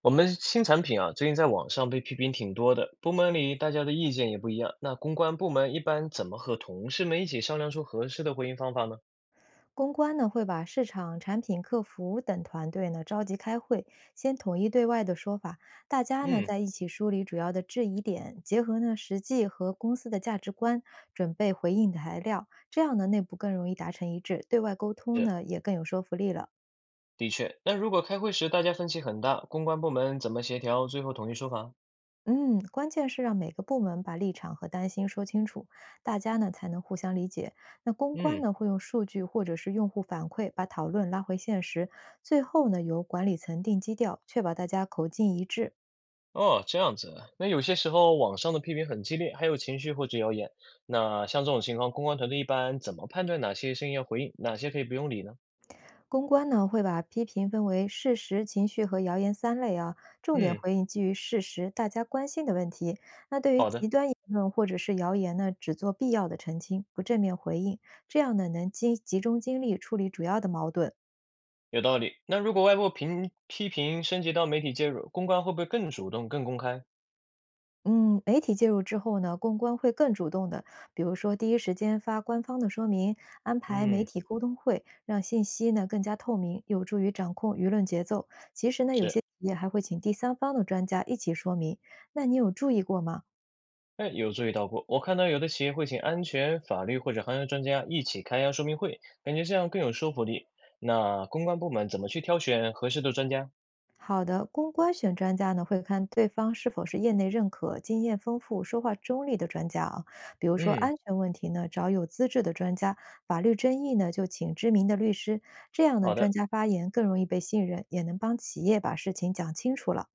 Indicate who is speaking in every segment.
Speaker 1: 我们新产品啊，最近在网上被批评挺多的，部门里大家的意见也不一样。那公关部门一般怎么和同事们一起商量出合适的回应方法呢？
Speaker 2: 公关呢会把市场、产品、客服等团队呢召集开会，先统一对外的说法，大家呢
Speaker 1: 嗯，
Speaker 2: 在一起梳理主要的质疑点，结合呢实际和公司的价值观，准备回应材料，这样呢内部更容易达成一致，对外沟通
Speaker 1: 是，
Speaker 2: 呢也更有说服力了。
Speaker 1: 的确。那如果开会时大家分歧很大，公关部门怎么协调，最后统一说法？
Speaker 2: 嗯，关键是让每个部门把立场和担心说清楚，大家呢才能互相理解。那公关
Speaker 1: 嗯，
Speaker 2: 呢会用数据或者是用户反馈把讨论拉回现实，最后呢由管理层定基调，确保大家口径一致。
Speaker 1: 哦，这样子啊，那有些时候网上的批评很激烈，还有情绪或者谣言。那像这种情况，公关团队一般怎么判断哪些声音要回应，哪些可以不用理呢？
Speaker 2: 公关呢会把批评分为事实、情绪和谣言三类啊，重点
Speaker 1: 嗯，
Speaker 2: 回应基于事实大家关心的问题。那对于
Speaker 1: 好的。
Speaker 2: 极端言论或者是谣言呢，只做必要的澄清，不正面回应，这样呢能集中精力处理主要的矛盾。
Speaker 1: 有道理。那如果外部评批评升级到媒体介入，公关会不会更主动、更公开？
Speaker 2: 嗯，媒体介入之后呢，公关会更主动的，比如说第一时间发官方的说明，安排媒
Speaker 1: 嗯，
Speaker 2: 体沟通会，让信息呢更加透明，有助于掌控舆论节奏。其实呢，有
Speaker 1: 是，
Speaker 2: 些企业还会请第三方的专家一起说明。那你有注意过吗？
Speaker 1: 哎，有注意到过。我看到有的企业会请安全、法律或者行业专家一起开一下说明会，感觉这样更有说服力。那公关部门怎么去挑选合适的专家？
Speaker 2: 好的，公关选专家呢，会看对方是否是业内认可、经验丰富、说话中立的专家啊。比如说
Speaker 1: 嗯，
Speaker 2: 安全问题呢，找有资质的专家；法律争议呢，就请知名的律师。这样呢，
Speaker 1: 好
Speaker 2: 专
Speaker 1: 的，
Speaker 2: 家发言更容易被信任，也能帮企业把事情讲清楚了。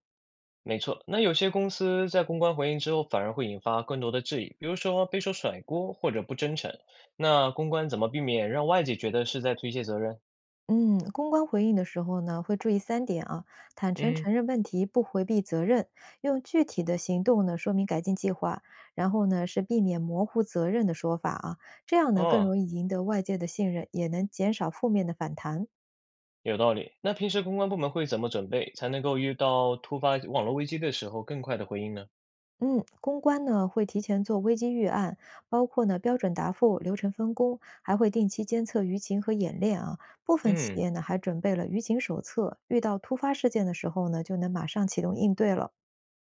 Speaker 1: 没错。那有些公司在公关回应之后，反而会引发更多的质疑，比如说被说甩锅或者不真诚。那公关怎么避免让外界觉得是在推卸责任？
Speaker 2: 嗯，公关回应的时候呢，会注意三点啊：坦诚
Speaker 1: 嗯。
Speaker 2: 承认问题，不回避责任，用具体的行动呢说明改进计划，然后呢是避免模糊责任的说法啊，这样呢更
Speaker 1: 哦，
Speaker 2: 容易赢得外界的信任，也能减少负面的反弹。
Speaker 1: 有道理。那平时公关部门会怎么准备，才能够遇到突发网络危机的时候更快的回应呢？
Speaker 2: 嗯，公关呢会提前做危机预案，包括呢标准答复、流程分工，还会定期监测舆情和演练啊。部分企
Speaker 1: 嗯，
Speaker 2: 业呢还准备了舆情手册，遇到突发事件的时候呢，就能马上启动应对了。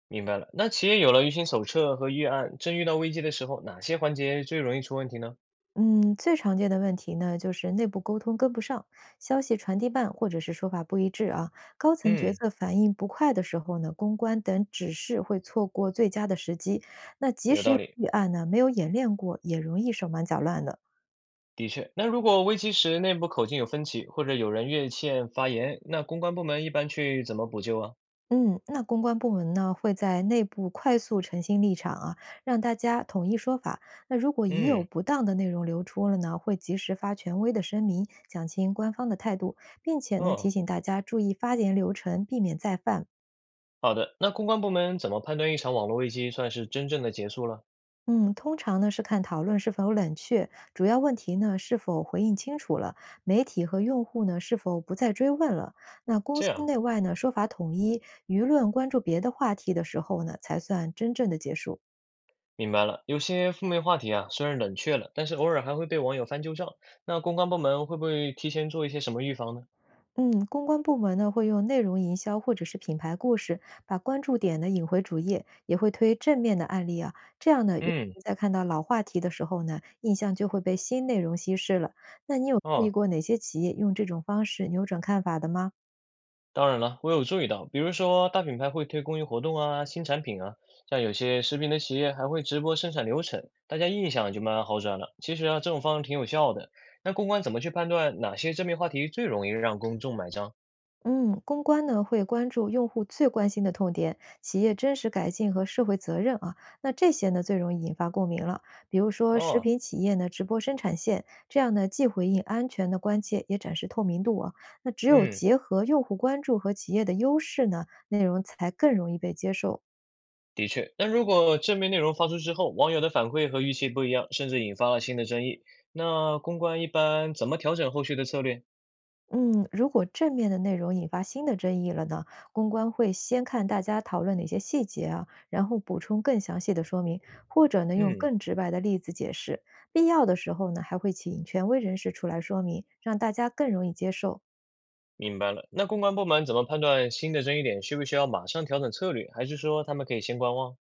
Speaker 1: 明白了。那企业有了舆情手册和预案，真遇到危机的时候，哪些环节最容易出问题呢？
Speaker 2: 嗯，最常见的问题呢，就是内部沟通跟不上，消息传递慢，或者是说法不一致啊。高层决
Speaker 1: 嗯，
Speaker 2: 策反应不快的时候呢，公关等指示会错过最佳的时机。那即
Speaker 1: 有
Speaker 2: 使
Speaker 1: 道
Speaker 2: 有
Speaker 1: 理。
Speaker 2: 预案呢，没有演练过，也容易手忙脚乱的。
Speaker 1: 的确，那如果危机时内部口径有分歧，或者有人越线发言，那公关部门一般去怎么补救啊？
Speaker 2: 嗯，那公关部门呢，会在内部快速澄清立场啊，让大家统一说法。那如果已有
Speaker 1: 嗯，
Speaker 2: 不当的内容流出了呢，会及时发权威的声明，讲清官方的态度，并且呢提
Speaker 1: 哦，
Speaker 2: 醒大家注意发言流程，避免再犯。
Speaker 1: 好的。那公关部门怎么判断一场网络危机算是真正的结束了？
Speaker 2: 嗯，通常呢是看讨论是否冷却，主要问题呢是否回应清楚了，媒体和用户呢是否不再追问了。那公
Speaker 1: 这
Speaker 2: 司
Speaker 1: 样。
Speaker 2: 内外呢说法统一，舆论关注别的话题的时候呢，才算真正的结束。
Speaker 1: 明白了，有些负面话题啊，虽然冷却了，但是偶尔还会被网友翻旧账。那公关部门会不会提前做一些什么预防呢？
Speaker 2: 嗯，公关部门呢会用内容营销或者是品牌故事，把关注点呢引回主页，也会推正面的案例啊。这样呢，用
Speaker 1: 嗯，
Speaker 2: 户在看到老话题的时候呢，印象就会被新内容稀释了。那你有注意
Speaker 1: 哦，
Speaker 2: 过哪些企业用这种方式扭转看法的吗？
Speaker 1: 当然了，我有注意到，比如说大品牌会推公益活动啊、新产品啊，像有些食品的企业还会直播生产流程，大家印象就慢慢好转了。其实啊，这种方式挺有效的。那公关怎么去判断哪些正面话题最容易让公众买账？
Speaker 2: 嗯，公关呢会关注用户最关心的痛点、企业真实改进和社会责任啊，那这些呢最容易引发共鸣了。比如说食
Speaker 1: 哦，
Speaker 2: 品企业呢直播生产线，这样呢既回应安全的关切，也展示透明度啊。那只有
Speaker 1: 嗯。
Speaker 2: 结合用户关注和企业的优势呢，内容才更容易被接受。
Speaker 1: 的确，那如果正面内容发出之后，网友的反馈和预期不一样，甚至引发了新的争议，那公关一般怎么调整后续的策略？
Speaker 2: 嗯，如果正面的内容引发新的争议了呢，公关会先看大家讨论哪些细节啊，然后补充更详细的说明，或者呢用
Speaker 1: 嗯，
Speaker 2: 更直白的例子解释。必要的时候呢，还会请权威人士出来说明，让大家更容易接受。
Speaker 1: 明白了。那公关部门怎么判断新的争议点需不需要马上调整策略，还是说他们可以先观望？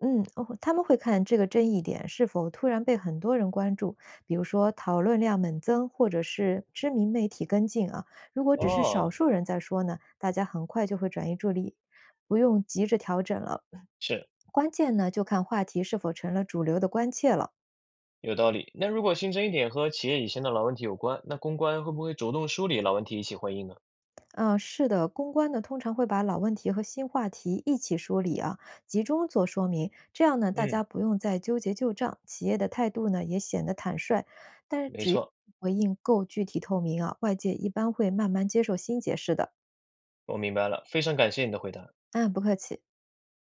Speaker 2: 嗯，哦，他们会看这个争议点是否突然被很多人关注，比如说讨论量猛增，或者是知名媒体跟进啊。如果只是少
Speaker 1: 哦，
Speaker 2: 数人在说呢，大家很快就会转移注意力，不用急着调整了。
Speaker 1: 是，
Speaker 2: 关键呢，就看话题是否成了主流的关切了。
Speaker 1: 有道理。那如果新增一点和企业以前的老问题有关，那公关会不会主动梳理老问题一起回应呢？
Speaker 2: 嗯，是的，公关呢通常会把老问题和新话题一起梳理啊，集中做说明，这样呢大
Speaker 1: 嗯，
Speaker 2: 家不用再纠结旧账，企业的态度呢也显得坦率。但是
Speaker 1: 没
Speaker 2: 只要
Speaker 1: 错，
Speaker 2: 回应够具体透明啊，外界一般会慢慢接受新解释的。
Speaker 1: 我明白了，非常感谢你的回答。
Speaker 2: 嗯，不客气。